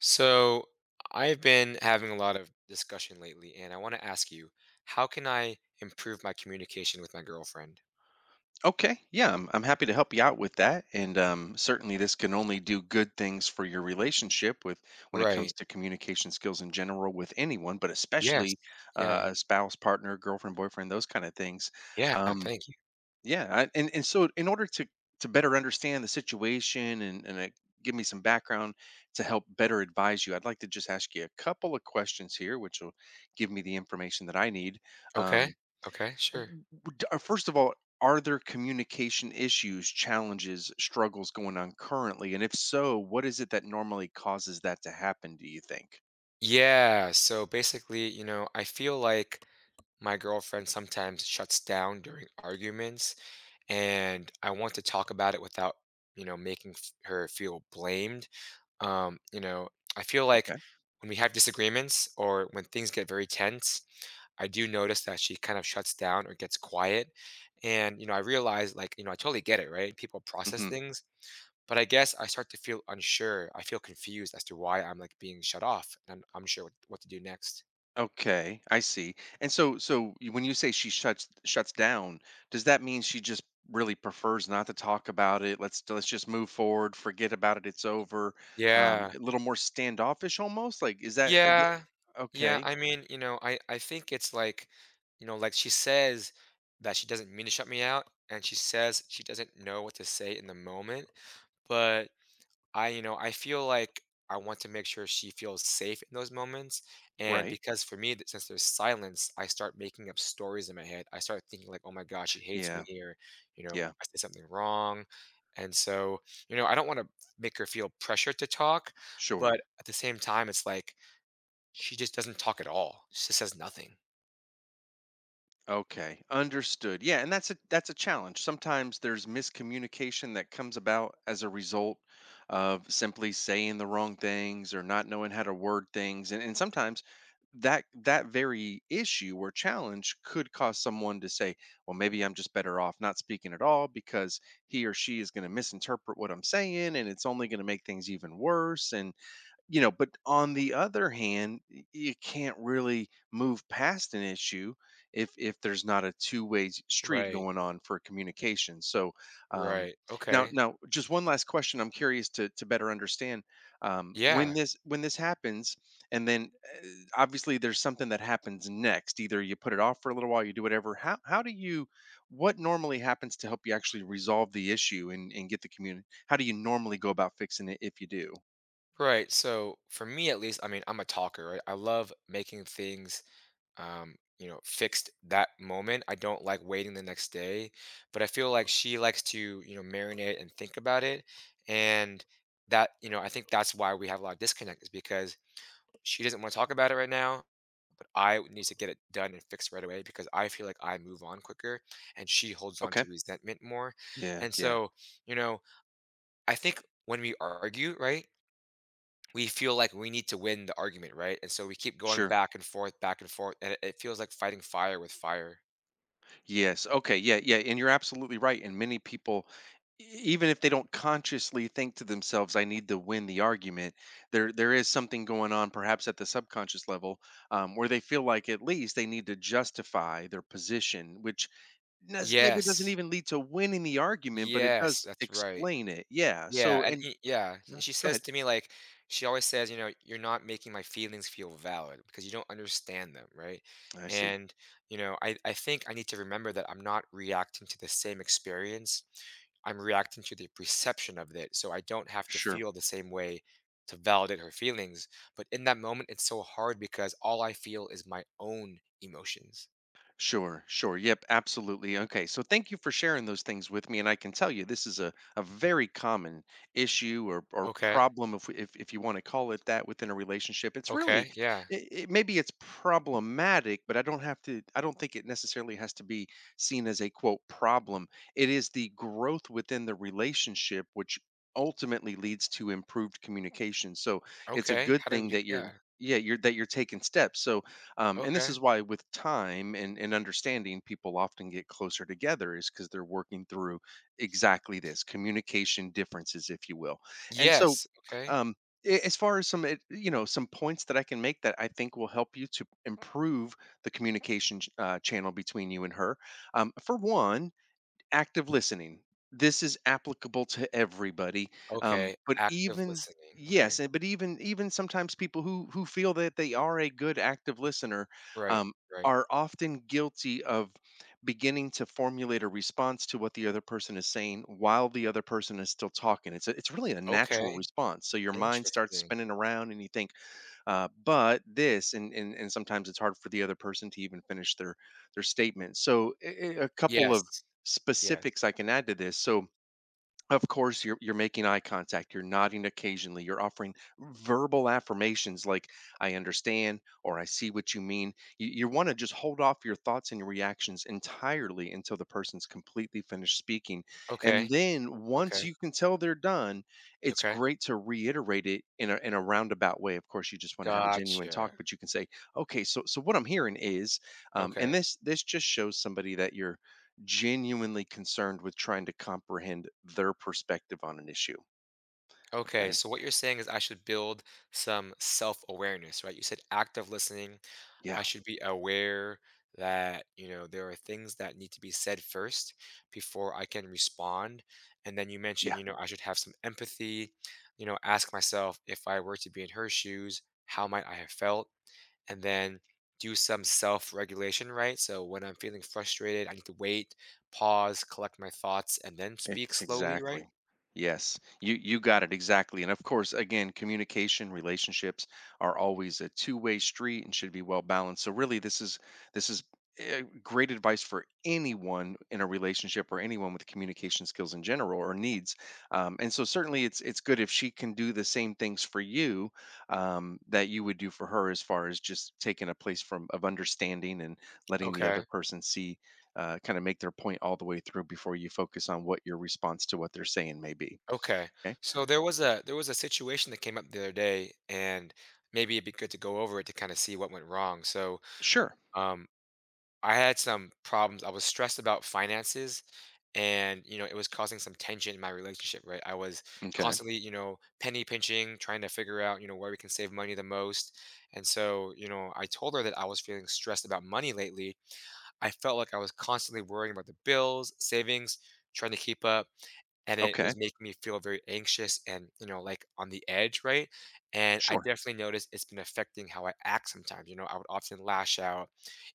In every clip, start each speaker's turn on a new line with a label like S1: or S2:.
S1: So I've been having a lot of discussion lately, and I want to ask you, how can I improve my communication with my girlfriend?
S2: Okay, yeah, I'm happy to help you out with that, and certainly this can only do good things for your relationship with when it
S1: Right.
S2: comes to communication skills in general with anyone, but
S1: Yes.
S2: especially
S1: Yeah.
S2: a spouse, partner, girlfriend, boyfriend, those kind of things.
S1: Yeah.
S2: Um,
S1: Thank you.
S2: yeah, I, and so in order to better understand the situation and give me some background to help better advise you, I'd like to just ask you a couple of questions here, which will give me the information that I need.
S1: Okay.
S2: Um,
S1: Okay. Sure.
S2: W w d First of all, are there communication issues, challenges, struggles going on currently? And if so, what is it that normally causes that to happen, do you think?
S1: Yeah. So basically, you know, I feel like my girlfriend sometimes shuts down during arguments, and I want to talk about it without, you know, making her feel blamed. Um, you know, I feel like
S2: Okay.
S1: when we have disagreements or when things get very tense, I do notice that she kind of shuts down or gets quiet. And, you know, I realize, like, you know, I totally get it, right? People process
S2: Mhm.
S1: things, but I guess I start to feel unsure. I feel confused as to why I'm like being shut off and I'm unsure what to do next.
S2: Okay, I see. And so so y when you say she shuts down, does that mean she just really prefers not to talk about it? Let's just move forward, forget about it, it's over.
S1: Yeah.
S2: A little more standoffish almost? Like, is that is it.
S1: Yeah. Yeah.
S2: Okay.
S1: I mean, you know, I think it's like, you know, like she says that she doesn't mean to shut me out and she says she doesn't know what to say in the moment. But I, you know, I feel like I want to make sure she feels safe in those moments. And
S2: Right.
S1: because for me, since there's silence, I start making up stories in my head. I start thinking like, oh my gosh, she hates me,
S2: Yeah.
S1: or, you know,
S2: Yeah.
S1: I said something wrong. And so, you know, I don't want to make her feel pressured to talk,
S2: Sure.
S1: but at the same time, it's like she just doesn't talk at all. She just says nothing.
S2: Okay, understood. Yeah, and that's a challenge. Sometimes there's miscommunication that comes about as a result of simply saying the wrong things or not knowing how to word things. And sometimes that very issue or challenge could cause someone to say, well, maybe I'm just better off not speaking at all because he or she is going to misinterpret what I'm saying and it's only going to make things even worse, you know, but on the other hand, you can't really move past an issue if there's not a two-way street
S1: Right.
S2: going on for communication. So um,
S1: Right.
S2: now,
S1: Okay.
S2: now, just one last question. I'm curious to better understand when
S1: Yeah.
S2: this happens, and then uh, obviously there's something that happens next. Either you put it off for a little while, you do whatever. How do you? What normally happens to help you actually resolve the issue and get the community? How do you normally go about fixing it if you do?
S1: Right. So for me, at least, I mean, I'm a talker, right? I love making things you know, fixed that moment. I don't like waiting the next day, but I feel like she likes to, you know, marinate and think about it. And that, you know, I think that's why we have a lot of disconnect is because she doesn't want to talk about it right now, but I need to get it done and fixed right away because I feel like I move on quicker and she holds on
S2: Okay.
S1: to resentment more.
S2: Yeah,
S1: And
S2: yeah,
S1: so, you know, I think when we argue, right? We feel like we need to win the argument, right? And so we keep going
S2: sure.
S1: back and forth, and it feels like fighting fire with fire.
S2: Yes. Okay. Yeah, yeah. And you're absolutely right. And many people, even if they don't consciously think to themselves, "I need to win the argument," there is something going on, perhaps at the subconscious level, where they feel like at least they need to justify their position, which does, maybe doesn't
S1: Yes.
S2: even lead to winning the argument, but it
S1: Yes,
S2: does
S1: that's right.
S2: explain it. Yeah.
S1: Yeah,
S2: So,
S1: and
S2: and
S1: y yeah, and she
S2: go
S1: says
S2: ahead.
S1: to me, like, she always says, you know, "You're not making my feelings feel valid because you don't understand them," right?
S2: I see.
S1: And, you know, I think I need to remember that I'm not reacting to the same experience. I'm reacting to the perception of it, so I don't have to
S2: Sure.
S1: feel the same way to validate her feelings, but in that moment, it's so hard because all I feel is my own emotions.
S2: Sure, sure. Yep, absolutely. Okay, so thank you for sharing those things with me. And I can tell you this is a very common issue or
S1: Okay.
S2: problem, if, if you want to call it that, within a relationship. It's really,
S1: Okay. Yeah.
S2: it, maybe it's problematic, but I don't have to, I don't think it necessarily has to be seen as a quote problem. It is the growth within the relationship, which ultimately leads to improved communication. So it's a
S1: Okay.
S2: good
S1: How do we
S2: thing
S1: do
S2: that you're,
S1: yeah.
S2: yeah, you're taking steps. So and this
S1: Okay.
S2: is why, with time and understanding, people often get closer together, is because they're working through exactly this communication differences, if you will. And so,
S1: Yes, okay.
S2: um, as far as some, you know, some points that I can make that I think will help you to improve the communication channel between you and her. For one, active listening. This is applicable to everybody.
S1: Okay,
S2: But
S1: active
S2: even
S1: listening,
S2: yes,
S1: okay.
S2: but even sometimes people who feel that they are a good active listener
S1: Right,
S2: um,
S1: right.
S2: are often guilty of beginning to formulate a response to what the other person is saying while the other person is still talking. It's a, it's really a natural
S1: Okay,
S2: response. So your mind starts
S1: interesting.
S2: spinning around and you think but this, and sometimes it's hard for the other person to even finish their statement. So, a couple of
S1: Yes,
S2: specifics
S1: yes.
S2: I can add to this. So, of course, you're making eye contact, you're nodding occasionally, you're offering verbal affirmations like "I understand" or "I see what you mean." You want to just hold off your thoughts and your reactions entirely until the person's completely finished speaking, and
S1: Okay,
S2: then once
S1: okay,
S2: you can tell they're done, it's
S1: okay.
S2: great to reiterate it in a roundabout way. Of course, you just want to have a genuine
S1: Gotcha,
S2: talk, but you can say, "Okay, so what I'm hearing is,"
S1: okay.
S2: and this just shows somebody that you're genuinely concerned with trying to comprehend their perspective on an issue.
S1: Okay,
S2: Okay.
S1: so what you're saying is I should build some self-awareness, right? You said active listening.
S2: Yeah.
S1: I should be aware that, you know, there are things that need to be said first before I can respond. And then you mentioned,
S2: Yeah.
S1: you know, I should have some empathy, you know, ask myself if I were to be in her shoes, how might I have felt? And then do some self-regulation, right? So when I'm feeling frustrated, I need to wait, pause, collect my thoughts, and then
S2: E
S1: speak slowly, right?
S2: exactly. Yes, you got it exactly, and of course, again, communication, relationships are always a two-way street and should be well balanced. So really, this is great advice for anyone in a relationship or anyone with communication skills in general or needs. And so certainly, it's good if she can do the same things for you that you would do for her, as far as just taking a place from of understanding and letting the other
S1: Okay.
S2: person see kind of make their point all the way through before you focus on what your response to what they're saying may be.
S1: Okay.
S2: Okay.
S1: So there was a situation that came up the other day, and maybe it'd be good to go over it to kind of see what went wrong. So
S2: Sure.
S1: um, I had some problems. I was stressed about finances, and you know it was causing some tension in my relationship. Right, I was
S2: Okay.
S1: constantly you know penny pinching, trying to figure out you know where we can save money the most. And so you know I told her that I was feeling stressed about money lately, I felt like I was constantly worrying about the bills, savings, trying to keep up, and it
S2: Okay.
S1: was making me feel very anxious and, you know, like on the edge, right? And I
S2: Sure.
S1: definitely noticed it's been affecting how I act sometimes. You know, I would often lash out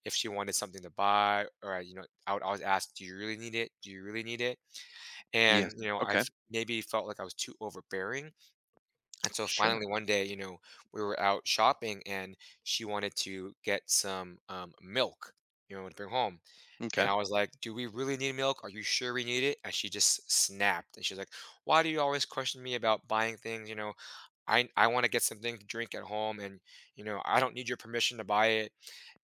S1: if she wanted something to buy, or, I, you know, I would always ask, do you really need it? Do you really need it?
S2: Yes.
S1: And, you know, I
S2: Okay.
S1: maybe felt like I was too overbearing. And so finally,
S2: Sure.
S1: one day, you know, we were out shopping and she wanted to get some milk, you know, to bring home. And
S2: Okay.
S1: I was like, "Do we really need milk? Are you sure we need it?" And she just snapped. And she's like, "Why do you always question me about buying things? You know, I want to get something to drink at home, and you know, I don't need your permission to buy it."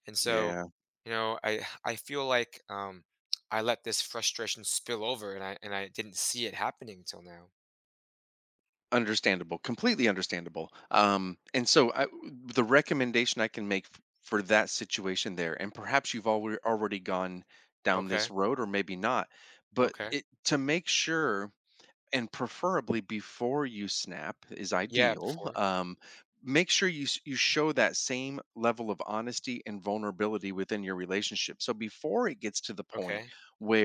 S1: And so,
S2: Yeah.
S1: you know, I feel like I let this frustration spill over, and I didn't see it happening until now.
S2: Understandable. Completely understandable. And so I, the recommendation I can make for that situation there, and perhaps you've already gone down
S1: Okay,
S2: this road or maybe not, but
S1: okay,
S2: it to make sure and preferably before you snap is
S1: yeah,
S2: ideal.
S1: before.
S2: Make sure you you show that same level of honesty and vulnerability within your relationship. So before it gets to the point
S1: Okay,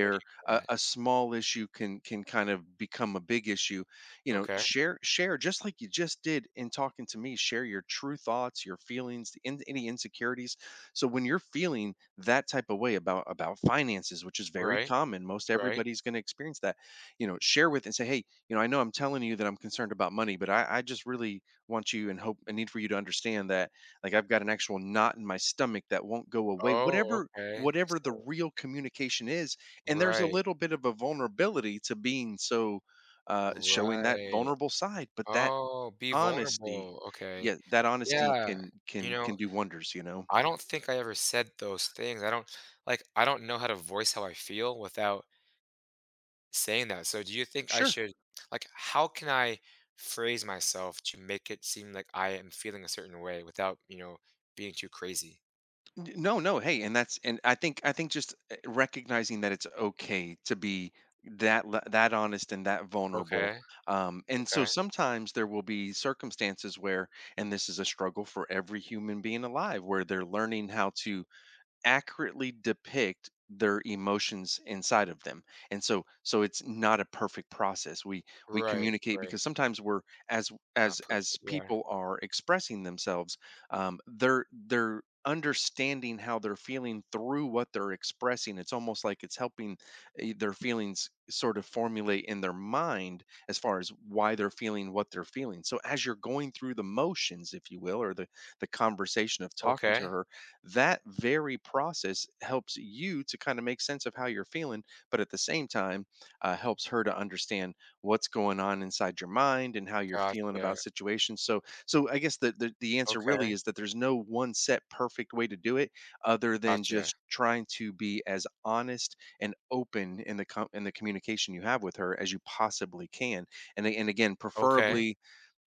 S1: what do you mean by that?
S2: a small issue can kind of become a big issue, you know,
S1: Okay,
S2: share just like you just did in talking to me. Share your true thoughts, your feelings, the in, any insecurities. So when you're feeling that type of way about finances, which is very
S1: right,
S2: common, most
S1: right.
S2: everybody's going to experience that, you know, share with and say hey, you know, I know I'm telling you that I'm concerned about money but I just really want you and hope and need for you to understand that like I've got an actual knot in my stomach that won't go away,
S1: Oh,
S2: whatever
S1: okay.
S2: whatever the
S1: So,
S2: real communication is, and there's a
S1: right,
S2: little bit of a vulnerability to being so showing that
S1: right.
S2: vulnerable side, but that
S1: Oh, be
S2: honesty,
S1: vulnerable. Okay.
S2: yeah, that honesty
S1: Yeah.
S2: can
S1: You
S2: can can
S1: know,
S2: do wonders, you know.
S1: I don't think I ever said those things. I don't like I don't know how to voice how I feel without saying that. So do you think I
S2: Sure.
S1: should like how can I phrase myself to make it seem like I am feeling a certain way without, you know, being too crazy?
S2: No, no, hey, and that's and I think just recognizing that it's okay to be that honest and that vulnerable.
S1: Okay.
S2: And so
S1: Okay.
S2: sometimes there will be circumstances where, and this is a struggle for every human being alive, where they're learning how to accurately depict their emotions inside of them, and so it's not a perfect process, we
S1: Right.
S2: communicate
S1: Right.
S2: because sometimes we're as as
S1: Not perfect.
S2: as
S1: Yeah.
S2: people are expressing themselves, they're understanding how they're feeling through what they're expressing, it's almost like it's helping their feelings sort of formulate in their mind as far as why they're feeling what they're feeling, so as you're going through the motions, if you will, or the conversation of talking to
S1: Okay.
S2: her, that very process helps you to kind of make sense of how you're feeling, but at the same time, helps her to understand what's going on inside your mind and how you're feeling about
S1: Gotcha.
S2: situations. So, so I guess the, the answer really
S1: Okay.
S2: is that there's no one set perfect way to do it, other than
S1: Gotcha.
S2: just trying to be as honest and open in the in the communication you have with her as you possibly can. And and again,
S1: Okay.
S2: preferably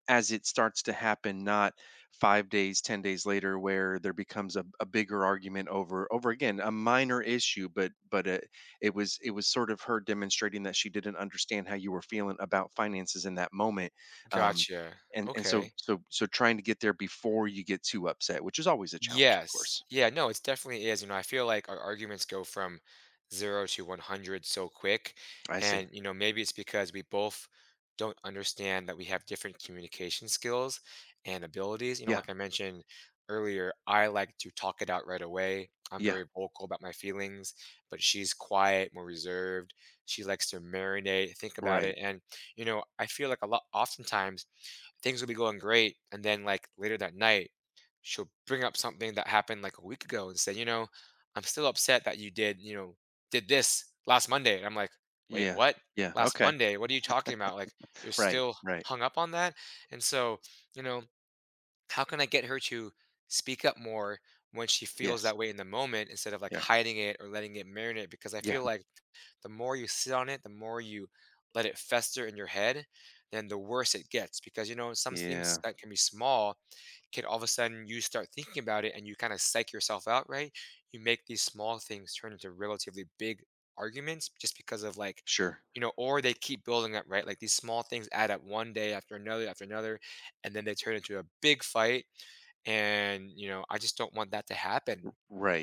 S2: as it starts to happen, not 5 days, 10 days later where there becomes a bigger argument over again a minor issue but it, it was sort of her demonstrating that she didn't understand how you were feeling about finances in that moment, um
S1: Gotcha.
S2: and and so
S1: Okay.
S2: so so trying to get there before you get too upset, which is always a challenge of
S1: Yes.
S2: course.
S1: Yeah, no, it definitely is. You know, I feel like our arguments go from 0 to 100 so quick.
S2: I
S1: And,
S2: see.
S1: you know, maybe it's because we both don't understand that we have different communication skills and abilities. You know,
S2: Yeah.
S1: like I mentioned earlier, I like to talk it out right away. I'm
S2: Yeah.
S1: very vocal about my feelings, but she's quiet, more reserved. She likes to marinate, think about it.
S2: Right.
S1: And, you know, I feel like a lot, oftentimes things will be going great. And then like later that night, she'll bring up something that happened like a week ago and say, you know, I'm still upset that you did, you know, did this last Monday. And I'm like, wait,
S2: Yeah.
S1: what?
S2: Yeah.
S1: Last
S2: Okay.
S1: Monday? What are you talking about? Like, you're
S2: Right.
S1: still
S2: Right.
S1: hung up on that? And so, you know, how can I get her to speak up more when she feels
S2: Yes.
S1: that way in the moment instead of like
S2: Yeah.
S1: hiding it or letting it marinate? Because I
S2: Yeah.
S1: feel like the more you sit on it, the more you let it fester in your head, then the worse it gets. Because you know, some things
S2: Yeah.
S1: that can be small can all of a sudden you start thinking about it and you kind of psych yourself out, right? You make these small things turn into relatively big arguments just because of like,
S2: Sure.
S1: you know, or they keep building up, right? Like these small things add up one day after another, and then they turn into a big fight. And, you know, I just don't want that to happen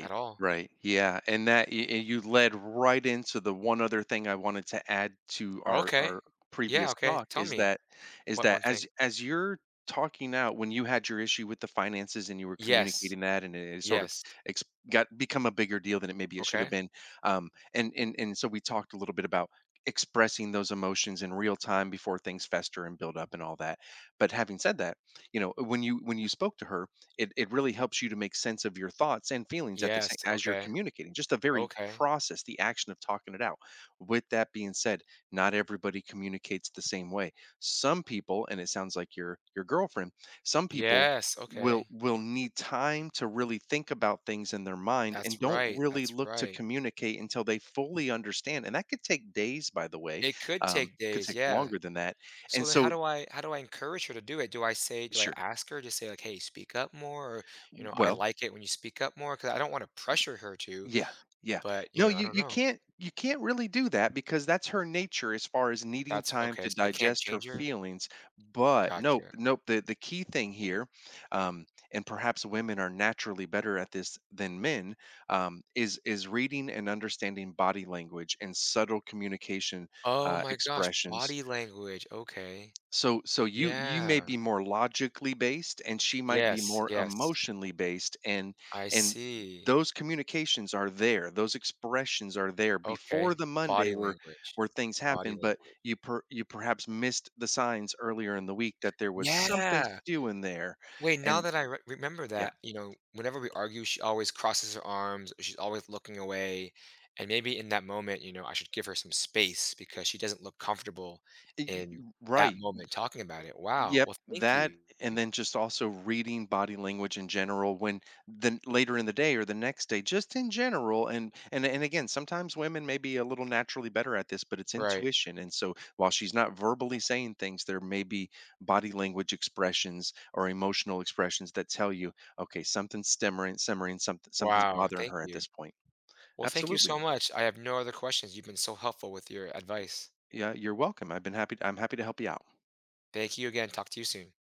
S1: at all.
S2: right. Yeah, and that y and you led right into the one other thing I wanted to add to
S1: Oh,
S2: our
S1: okay.
S2: our
S1: Yeah,
S2: previous
S1: okay.
S2: talk
S1: Tell me
S2: is
S1: what
S2: that
S1: one thing.
S2: as you're talking out when you had your issue with the finances and you were
S1: Yes.
S2: communicating that, and it sort of
S1: Yes.
S2: ex got become a bigger deal than it maybe it should
S1: Okay.
S2: have been, and and so we talked a little bit about expressing those emotions in real time before things fester and build up and all that, but having said that, you know, when you spoke to her, it really helps you to make sense of your thoughts and feelings at the same
S1: Yes.
S2: as you're
S1: Okay.
S2: communicating, just the very
S1: Okay.
S2: process, the action of talking it out. With that being said, not everybody communicates the same way. Some people, and it sounds like your girlfriend, some people
S1: Yes.
S2: will
S1: Okay.
S2: will need time to really think about things in their mind and
S1: That's
S2: don't
S1: right.
S2: really
S1: That's
S2: look to
S1: right.
S2: communicate until they fully understand, and that could take days, by the way,
S1: It could take
S2: could
S1: days.
S2: take
S1: Yeah.
S2: longer than that,
S1: So
S2: and
S1: then
S2: so
S1: how do I encourage her to do it? Do I
S2: sure,
S1: ask her to say like, "Hey, speak up more," or, you know, "I
S2: well,
S1: like it when you speak up more because I don't wanna pressure her to,
S2: yeah, yeah.
S1: but, you
S2: No,
S1: know, I
S2: you
S1: don't
S2: you
S1: know."
S2: can't really do that because that's her nature as far as needing
S1: That's
S2: time
S1: okay,
S2: to
S1: so I can't
S2: digest her
S1: change her?
S2: feelings. But nope,
S1: Gotcha.
S2: nope. The key thing here, um, and perhaps women are naturally better at this than men, is reading and understanding body language and subtle communication
S1: Oh my gosh,
S2: expressions,
S1: body language, okay.
S2: so so you may
S1: Yeah.
S2: be more logically based and she might be
S1: Yes,
S2: more
S1: yes.
S2: emotionally based,
S1: I
S2: and
S1: see.
S2: those communications are there. Those expressions are there
S1: Okay,
S2: before the Monday
S1: body language.
S2: where things
S1: Body
S2: happen, but
S1: language.
S2: you per, you perhaps missed the signs earlier in the week that there was something
S1: Yeah.
S2: stewing there.
S1: Wait, now
S2: And
S1: that I re remember
S2: yeah,
S1: that, you know, whenever we argue, she always crosses her arms, she's always looking away, and maybe in that moment, you know, I should give her some space because she doesn't look comfortable in that
S2: right.
S1: moment talking about it. Wow.
S2: Yep,
S1: Well, thank
S2: that
S1: you.
S2: and then just also reading body language in general when then later in the day or the next day, just in general. And and again, sometimes women may be a little naturally better at this, but it's
S1: Right.
S2: intuition. And so while she's not verbally saying things, there may be body language expressions or emotional expressions that tell you, okay, something's simmering, simmering, something's
S1: Wow,
S2: bothering
S1: thank
S2: her at
S1: you.
S2: this point.
S1: Well, thank you
S2: Absolutely.
S1: so much. I have no other questions. You've been so helpful with your advice.
S2: Yeah, you're welcome. I've been happy. I'm happy to help you out.
S1: Thank you again. Talk to you soon.